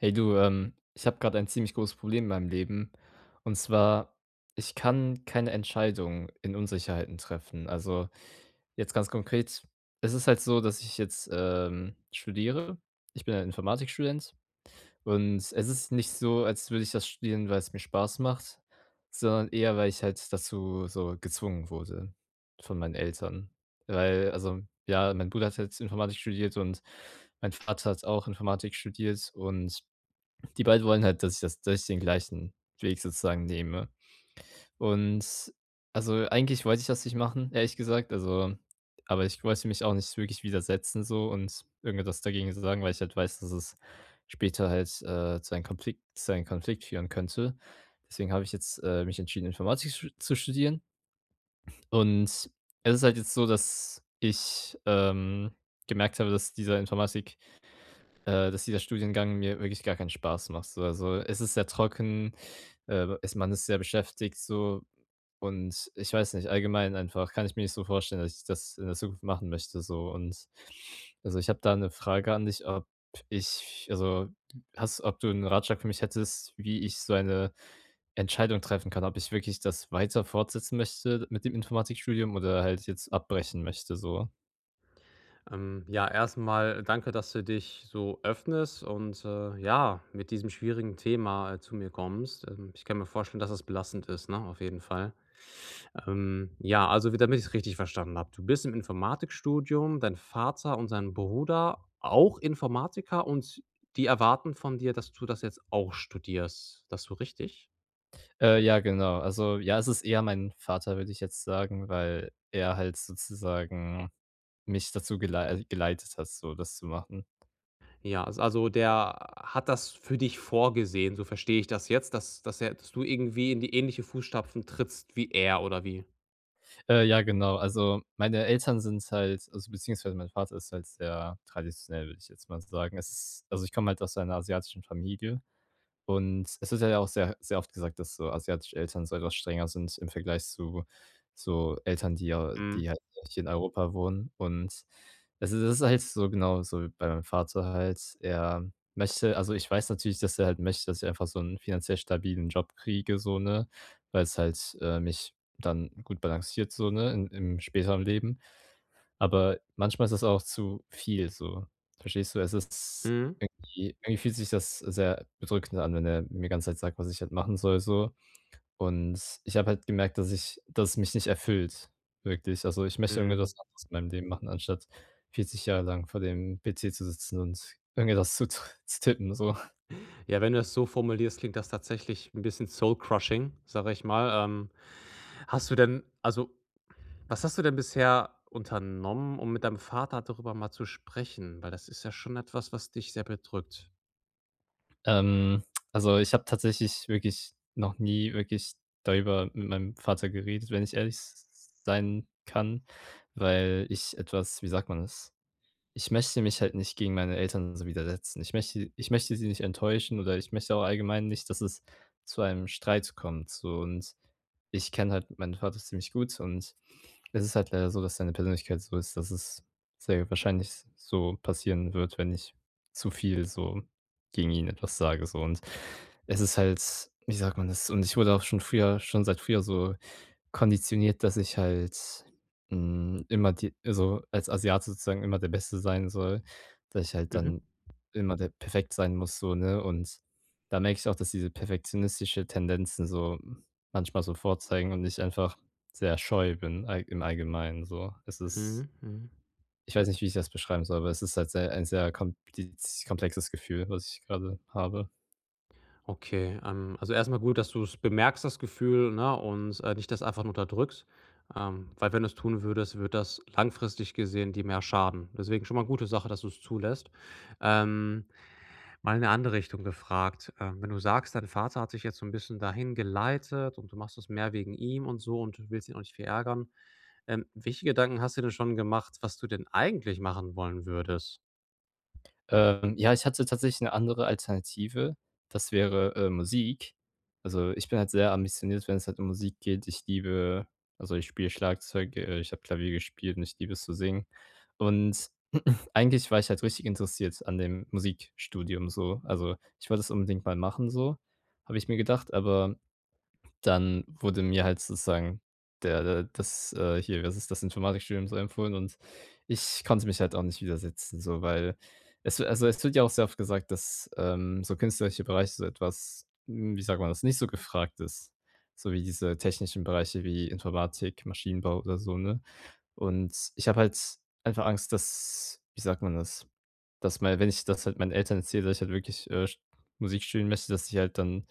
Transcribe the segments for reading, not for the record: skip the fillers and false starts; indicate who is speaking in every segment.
Speaker 1: Hey du, ich habe gerade ein ziemlich großes Problem in meinem Leben. Und zwar, ich kann keine Entscheidung in Unsicherheiten treffen. Also jetzt ganz konkret, es ist halt so, dass ich jetzt studiere. Ich bin ein Informatikstudent. Und es ist nicht so, als würde ich das studieren, weil es mir Spaß macht, sondern eher, weil ich halt dazu so gezwungen wurde von meinen Eltern. Weil, also ja, mein Bruder hat jetzt Informatik studiert und mein Vater hat auch Informatik studiert und die beiden wollen halt, dass ich den gleichen Weg sozusagen nehme. Und, also, eigentlich wollte ich das nicht machen, ehrlich gesagt, also aber ich wollte mich auch nicht wirklich widersetzen so und irgendetwas dagegen sagen, weil ich halt weiß, dass es später halt, zu einem Konflikt führen könnte. Deswegen habe ich jetzt, mich entschieden, Informatik sch zu studieren. Und es ist halt jetzt so, dass ich gemerkt habe, dass dieser Studiengang mir wirklich gar keinen Spaß macht so. Also, es ist sehr trocken, ist man ist sehr beschäftigt so und ich weiß nicht, allgemein einfach kann ich mir nicht so vorstellen, dass ich das in der Zukunft machen möchte so und also, ich habe da eine Frage an dich, ob ich also, hast ob du einen Ratschlag für mich hättest, wie ich so eine Entscheidung treffen kann, ob ich wirklich das weiter fortsetzen möchte mit dem Informatikstudium oder halt jetzt abbrechen möchte so?
Speaker 2: Ja, Erstmal danke, dass du dich so öffnest und ja, mit diesem schwierigen Thema zu mir kommst. Ich kann mir vorstellen, dass es belastend ist, ne? Auf jeden Fall. Ja, also damit ich es richtig verstanden habe. Du bist im Informatikstudium, dein Vater und sein Bruder auch Informatiker, und die erwarten von dir, dass du das jetzt auch studierst. Das so richtig?
Speaker 1: Ja, genau. Also, ja, es ist eher mein Vater, würde ich jetzt sagen, weil er halt sozusagen mich dazu geleitet hat, so das zu machen.
Speaker 2: Ja, also der hat das für dich vorgesehen, so verstehe ich das jetzt, dass er, dass du irgendwie in die ähnliche Fußstapfen trittst wie er oder wie?
Speaker 1: Ja, genau. Also, meine Eltern sind halt also, beziehungsweise mein Vater ist halt sehr traditionell, würde ich jetzt mal sagen. Ich komme halt aus einer asiatischen Familie. Und es wird ja auch sehr sehr oft gesagt, dass so asiatische Eltern so etwas strenger sind im Vergleich zu so Eltern,
Speaker 2: Mhm.
Speaker 1: die halt hier in Europa wohnen. Und es ist halt so genau so wie bei meinem Vater halt. Ich weiß natürlich, dass er halt möchte, dass ich einfach so einen finanziell stabilen Job kriege so, ne, weil es halt mich dann gut balanciert so, ne, in im späteren Leben. Aber manchmal ist es auch zu viel so. Verstehst du? Es ist
Speaker 2: Mhm.
Speaker 1: irgendwie Irgendwie fühlt sich das sehr bedrückend an, wenn er mir die ganze Zeit sagt, was ich halt machen soll so. Und ich habe halt gemerkt, dass es mich nicht erfüllt, wirklich. Also, ich möchte irgendwie
Speaker 2: Mhm.
Speaker 1: was anderes in meinem Leben machen, anstatt 40 Jahre lang vor dem PC zu sitzen und irgendetwas zu zu tippen so.
Speaker 2: Ja, wenn du das so formulierst, klingt das tatsächlich ein bisschen soul crushing, sage ich mal. Hast du denn was hast du denn bisher unternommen, um mit deinem Vater darüber mal zu sprechen? Weil das ist ja schon etwas, was dich sehr bedrückt.
Speaker 1: Ähm, also, ich habe tatsächlich wirklich noch nie wirklich darüber mit meinem Vater geredet, wenn ich ehrlich s sein kann, weil ich etwas, wie sagt man das? Ich möchte mich halt nicht gegen meine Eltern so widersetzen. Ich möchte sie nicht enttäuschen oder ich möchte auch allgemein nicht, dass es zu einem Streit kommt, so. Und ich kenne halt meinen Vater ziemlich gut und es ist halt leider so, dass seine Persönlichkeit so ist, dass es sehr wahrscheinlich so passieren wird, wenn ich zu viel so gegen ihn etwas sage, so. Und es ist halt wie sagt man das? Und ich wurde auch schon früher schon seit früher so konditioniert, dass ich halt als Asiate sozusagen immer der Beste sein soll, dass ich halt
Speaker 2: Mhm.
Speaker 1: dann immer der perfekt sein muss so, ne? Und da merke ich auch, dass diese perfektionistische Tendenzen so manchmal so vorzeigen und ich einfach sehr scheu bin all im Allgemeinen so. Es ist
Speaker 2: Mhm. Mhm.
Speaker 1: Ich weiß nicht, wie ich das beschreiben soll, aber es ist halt sehr ein sehr kompliz komplexes Gefühl, was ich gerade habe.
Speaker 2: Okay, also erstmal gut, dass du es bemerkst, das Gefühl, ne, und nicht das einfach nur unterdrückst, weil wenn du es tun würdest, wird das langfristig gesehen dir mehr schaden. Deswegen schon mal eine gute Sache, dass du es zulässt. Ähm, Mal in 'ne andere Richtung gefragt: wenn du sagst, dein Vater hat sich jetzt so ein bisschen dahin geleitet und du machst das mehr wegen ihm und so und du willst ihn auch nicht verärgern, welche Gedanken hast du denn schon gemacht, was du denn eigentlich machen wollen würdest?
Speaker 1: Ja, ich hatte tatsächlich 'ne andere Alternative. Das wäre Musik. Also, ich bin halt sehr ambitioniert, wenn es halt um Musik geht. Ich spiele Schlagzeug, ich habe Klavier gespielt und ich liebe es zu singen. Und eigentlich war ich halt richtig interessiert an dem Musikstudium so. Also, ich wollte es unbedingt mal machen so, habe ich mir gedacht, aber dann wurde mir halt sozusagen der der das, was ist das, Informatikstudium so empfohlen und ich konnte mich halt auch nicht widersetzen so, weil es wird ja auch sehr oft gesagt, dass so künstlerische Bereiche so etwas wie sagt man das, nicht so gefragt ist, so wie diese technischen Bereiche wie Informatik, Maschinenbau oder so, ne? Und ich habe halt einfach Angst, dass wie sagt man das, dass mal wenn ich das halt meinen Eltern erzähle, dass ich halt wirklich Musik studieren möchte, dass ich halt dann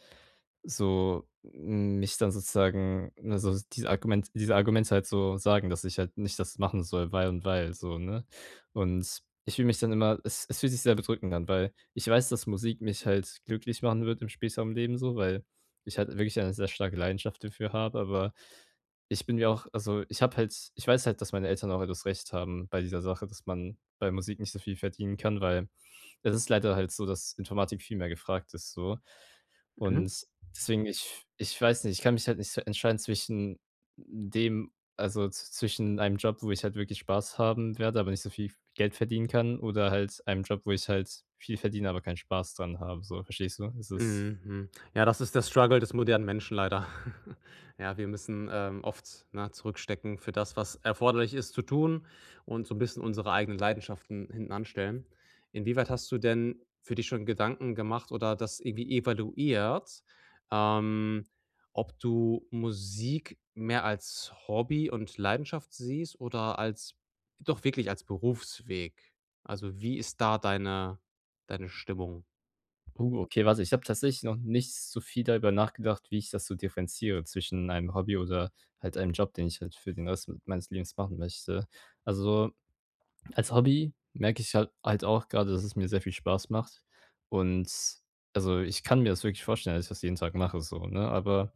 Speaker 1: so mich dann sozusagen also diese Argumente halt so sagen, dass ich halt nicht das machen soll, weil und weil so, ne? Und ich fühle mich dann immer es fühlt sich sehr bedrückend an, weil ich weiß, dass Musik mich halt glücklich machen wird im späteren Leben so, weil ich halt wirklich eine sehr starke Leidenschaft dafür habe, aber ich bin mir auch also, ich habe halt ich weiß halt, dass meine Eltern auch etwas Recht haben bei dieser Sache, dass man bei Musik nicht so viel verdienen kann, weil es ist leider halt so, dass Informatik viel mehr gefragt ist so.
Speaker 2: Mhm.
Speaker 1: Und deswegen, ich weiß nicht, ich kann mich halt nicht so entscheiden zwischen dem also z zwischen einem Job, wo ich halt wirklich Spaß haben werde, aber nicht so viel Geld verdienen kann oder halt einem Job, wo ich halt viel verdiene, aber keinen Spaß dran habe, so, verstehst du? Es ist
Speaker 2: Mhm. Ja, das ist der Struggle des modernen Menschen leider. Ja, wir müssen oft, ne, zurückstecken für das, was erforderlich ist zu tun, und so ein bisschen unsere eigenen Leidenschaften hinten anstellen. Inwieweit hast du denn für dich schon Gedanken gemacht oder das irgendwie evaluiert, ähm, ob du Musik mehr als Hobby und Leidenschaft siehst oder als doch wirklich als Berufsweg? Also, wie ist da deine Stimmung?
Speaker 1: Okay, warte, ich habe tatsächlich noch nicht so viel darüber nachgedacht, wie ich das so differenziere zwischen einem Hobby oder halt einem Job, den ich halt für den Rest meines Lebens machen möchte. Also, als Hobby merke ich halt auch gerade, dass es mir sehr viel Spaß macht und also, ich kann mir das wirklich vorstellen, dass ich das jeden Tag mache so, ne? Aber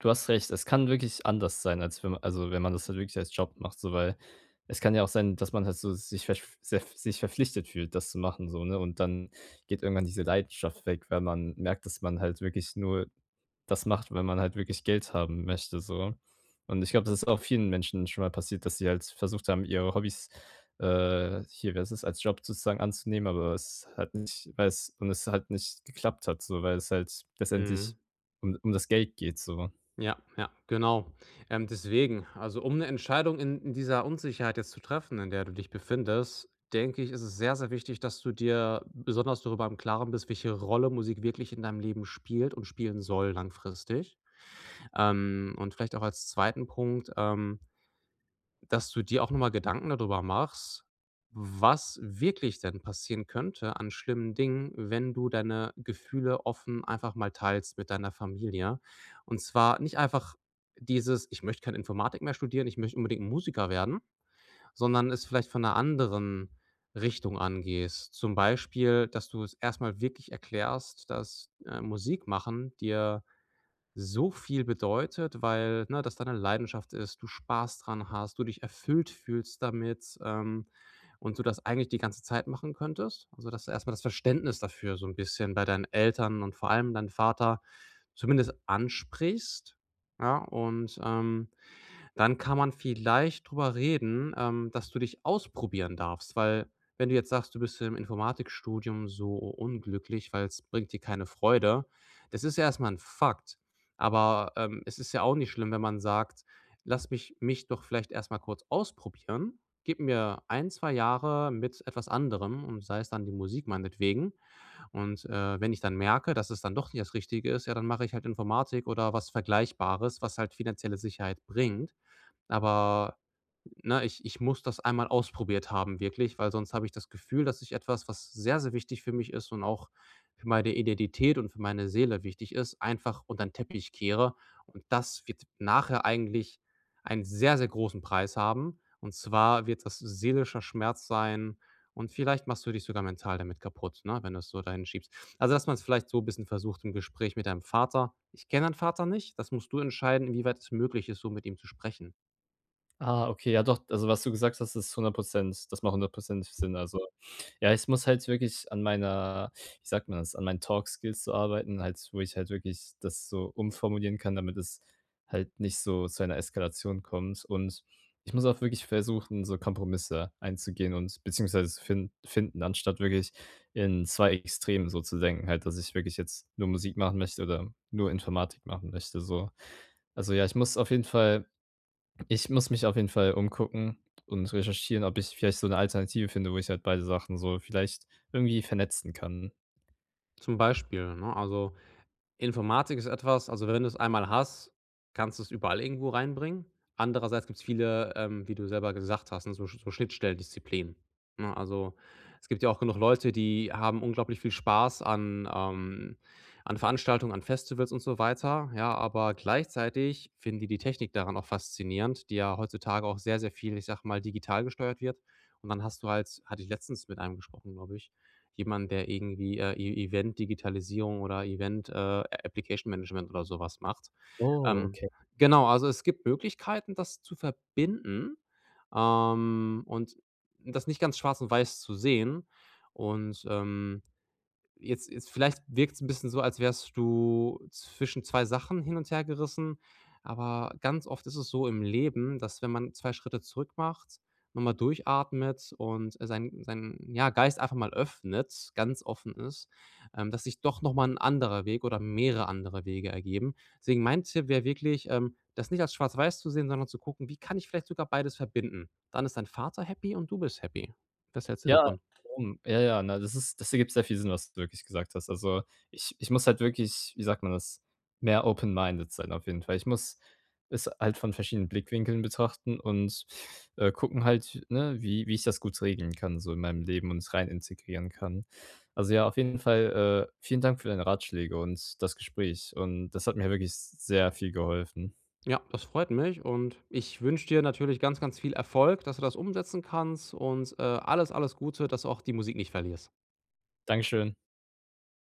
Speaker 1: du hast recht, es kann wirklich anders sein, als wenn wenn man das halt wirklich als Job macht, so, weil es kann ja auch sein, dass man halt so sich verf sehr sich verpflichtet fühlt, das zu machen so, ne? Und dann geht irgendwann diese Leidenschaft weg, weil man merkt, dass man halt wirklich nur das macht, weil man halt wirklich Geld haben möchte, so. Und ich glaube, das ist auch vielen Menschen schon mal passiert, dass sie halt versucht haben, ihre Hobbys, was ist es, als Job sozusagen anzunehmen, aber es hat nicht weil es und es halt nicht geklappt hat so, weil es halt
Speaker 2: Mhm.
Speaker 1: letztendlich um das Geld geht so.
Speaker 2: Ja, ja, genau. Deswegen, also um eine Entscheidung in dieser Unsicherheit jetzt zu treffen, in der du dich befindest, denke ich, ist es sehr, sehr wichtig, dass du dir besonders darüber im Klaren bist, welche Rolle Musik wirklich in deinem Leben spielt und spielen soll langfristig. Und vielleicht auch als zweiten Punkt, dass du dir auch nochmal Gedanken darüber machst, was wirklich denn passieren könnte an schlimmen Dingen, wenn du deine Gefühle offen einfach mal teilst mit deiner Familie. Und zwar nicht einfach dieses: „Ich möchte keine Informatik mehr studieren, ich möchte unbedingt Musiker werden“, sondern es vielleicht von einer anderen Richtung angehst. Zum Beispiel, dass du es erstmal wirklich erklärst, dass Musik machen dir so viel bedeutet, weil, ne, das deine Leidenschaft ist, du Spaß dran hast, du dich erfüllt fühlst damit, und du das eigentlich die ganze Zeit machen könntest. Also, dass erstmal das Verständnis dafür so ein bisschen bei deinen Eltern und vor allem deinem Vater zumindest ansprichst, ja? Und dann kann man vielleicht drüber reden, dass du dich ausprobieren darfst, weil wenn du jetzt sagst, du bist im Informatikstudium so unglücklich, weil es bringt dir keine Freude, das ist ja erst mal Fakt. Aber es ist ja auch nicht schlimm, wenn man sagt: „Lass mich doch vielleicht erstmal kurz ausprobieren. Gib mir ein 2 Jahre mit etwas anderem, und sei es dann die Musik meinetwegen. Und wenn ich dann merke, dass es dann doch nicht das Richtige ist, ja, dann mache ich halt Informatik oder was Vergleichbares, was halt finanzielle Sicherheit bringt.“ Aber, ne, ich muss das einmal ausprobiert haben wirklich, weil sonst habe ich das Gefühl, dass ich etwas, was sehr, sehr wichtig für mich ist und auch für meine Identität und für meine Seele wichtig ist, einfach unter den Teppich kehre. Und das wird nachher eigentlich einen sehr, sehr großen Preis haben. Und zwar wird das seelischer Schmerz sein, und vielleicht machst du dich sogar mental damit kaputt, ne, wenn du es so dahin schiebst. Also, dass man es vielleicht so ein bisschen versucht im Gespräch mit deinem Vater. Ich kenne deinen Vater nicht. Das musst du entscheiden, inwieweit es möglich ist, so mit ihm zu sprechen.
Speaker 1: Ah, okay, ja doch, also was du gesagt hast, ist 100. Das macht 100% Sinn. Also, ja, ich muss halt wirklich an meiner wie sagt man das, an meinen Talk-Skills so arbeiten, halt, wo ich halt wirklich das so umformulieren kann, damit es halt nicht so zu einer Eskalation kommt. Und ich muss auch wirklich versuchen, so Kompromisse einzugehen und beziehungsweise zu finden, anstatt wirklich in 2 Extremen so zu denken, halt, dass ich wirklich jetzt nur Musik machen möchte oder nur Informatik machen möchte, so. Also ja, ich muss mich auf jeden Fall umgucken und recherchieren, ob ich vielleicht so 'ne Alternative finde, wo ich halt beide Sachen so vielleicht irgendwie vernetzen kann.
Speaker 2: Zum Beispiel, ne? Also, Informatik ist etwas, wenn du es einmal hast, kannst du es überall irgendwo reinbringen. Andererseits gibt es viele, wie du selber gesagt hast, ne, so Schnittstellendisziplinen, ne? Also, es gibt ja auch genug Leute, die haben unglaublich viel Spaß an an Veranstaltungen, an Festivals und so weiter, ja, aber gleichzeitig finden die Technik daran auch faszinierend, die ja heutzutage auch sehr, sehr viel, ich sage mal, digital gesteuert wird. Und dann hast du halt, hatte ich letztens mit einem gesprochen, glaube ich, jemand, der irgendwie E Event-Digitalisierung oder Event, Application-Management oder sowas macht.
Speaker 1: Oh,
Speaker 2: Ähm,
Speaker 1: okay.
Speaker 2: genau, also es gibt Möglichkeiten, das zu verbinden, und das nicht ganz schwarz und weiß zu sehen und jetzt vielleicht wirkt es ein bisschen so, als wärst du zwischen 2 Sachen hin und her gerissen, aber ganz oft ist es so im Leben, dass wenn man 2 Schritte zurück macht, noch durchatmet und sein, ja, Geist einfach mal öffnet, ganz offen ist, dass sich doch noch mal 'n anderer Weg oder mehrere andere Wege ergeben. Deswegen mein Tipp wäre wirklich, das nicht als schwarz-weiß zu sehen, sondern zu gucken: „Wie kann ich vielleicht sogar beides verbinden?“ Dann ist dein Vater happy und du bist happy. Was hältst du
Speaker 1: Ja,
Speaker 2: davon?
Speaker 1: um ja, ja, na, das ergibt sehr viel Sinn, was du wirklich gesagt hast. Also, ich muss halt wirklich, wie sagt man das, mehr open-minded sein auf jeden Fall. Ich muss es halt von verschiedenen Blickwinkeln betrachten und gucken halt, ne, wie ich das gut regeln kann so in meinem Leben und es rein integrieren kann. Also, ja, auf jeden Fall, vielen Dank für deine Ratschläge und das Gespräch und das hat mir wirklich sehr viel geholfen.
Speaker 2: Ja, das freut mich, und ich wünsche dir natürlich ganz, ganz viel Erfolg, dass du das umsetzen kannst und alles, alles Gute, dass du auch die Musik nicht verlierst.
Speaker 1: Dankeschön.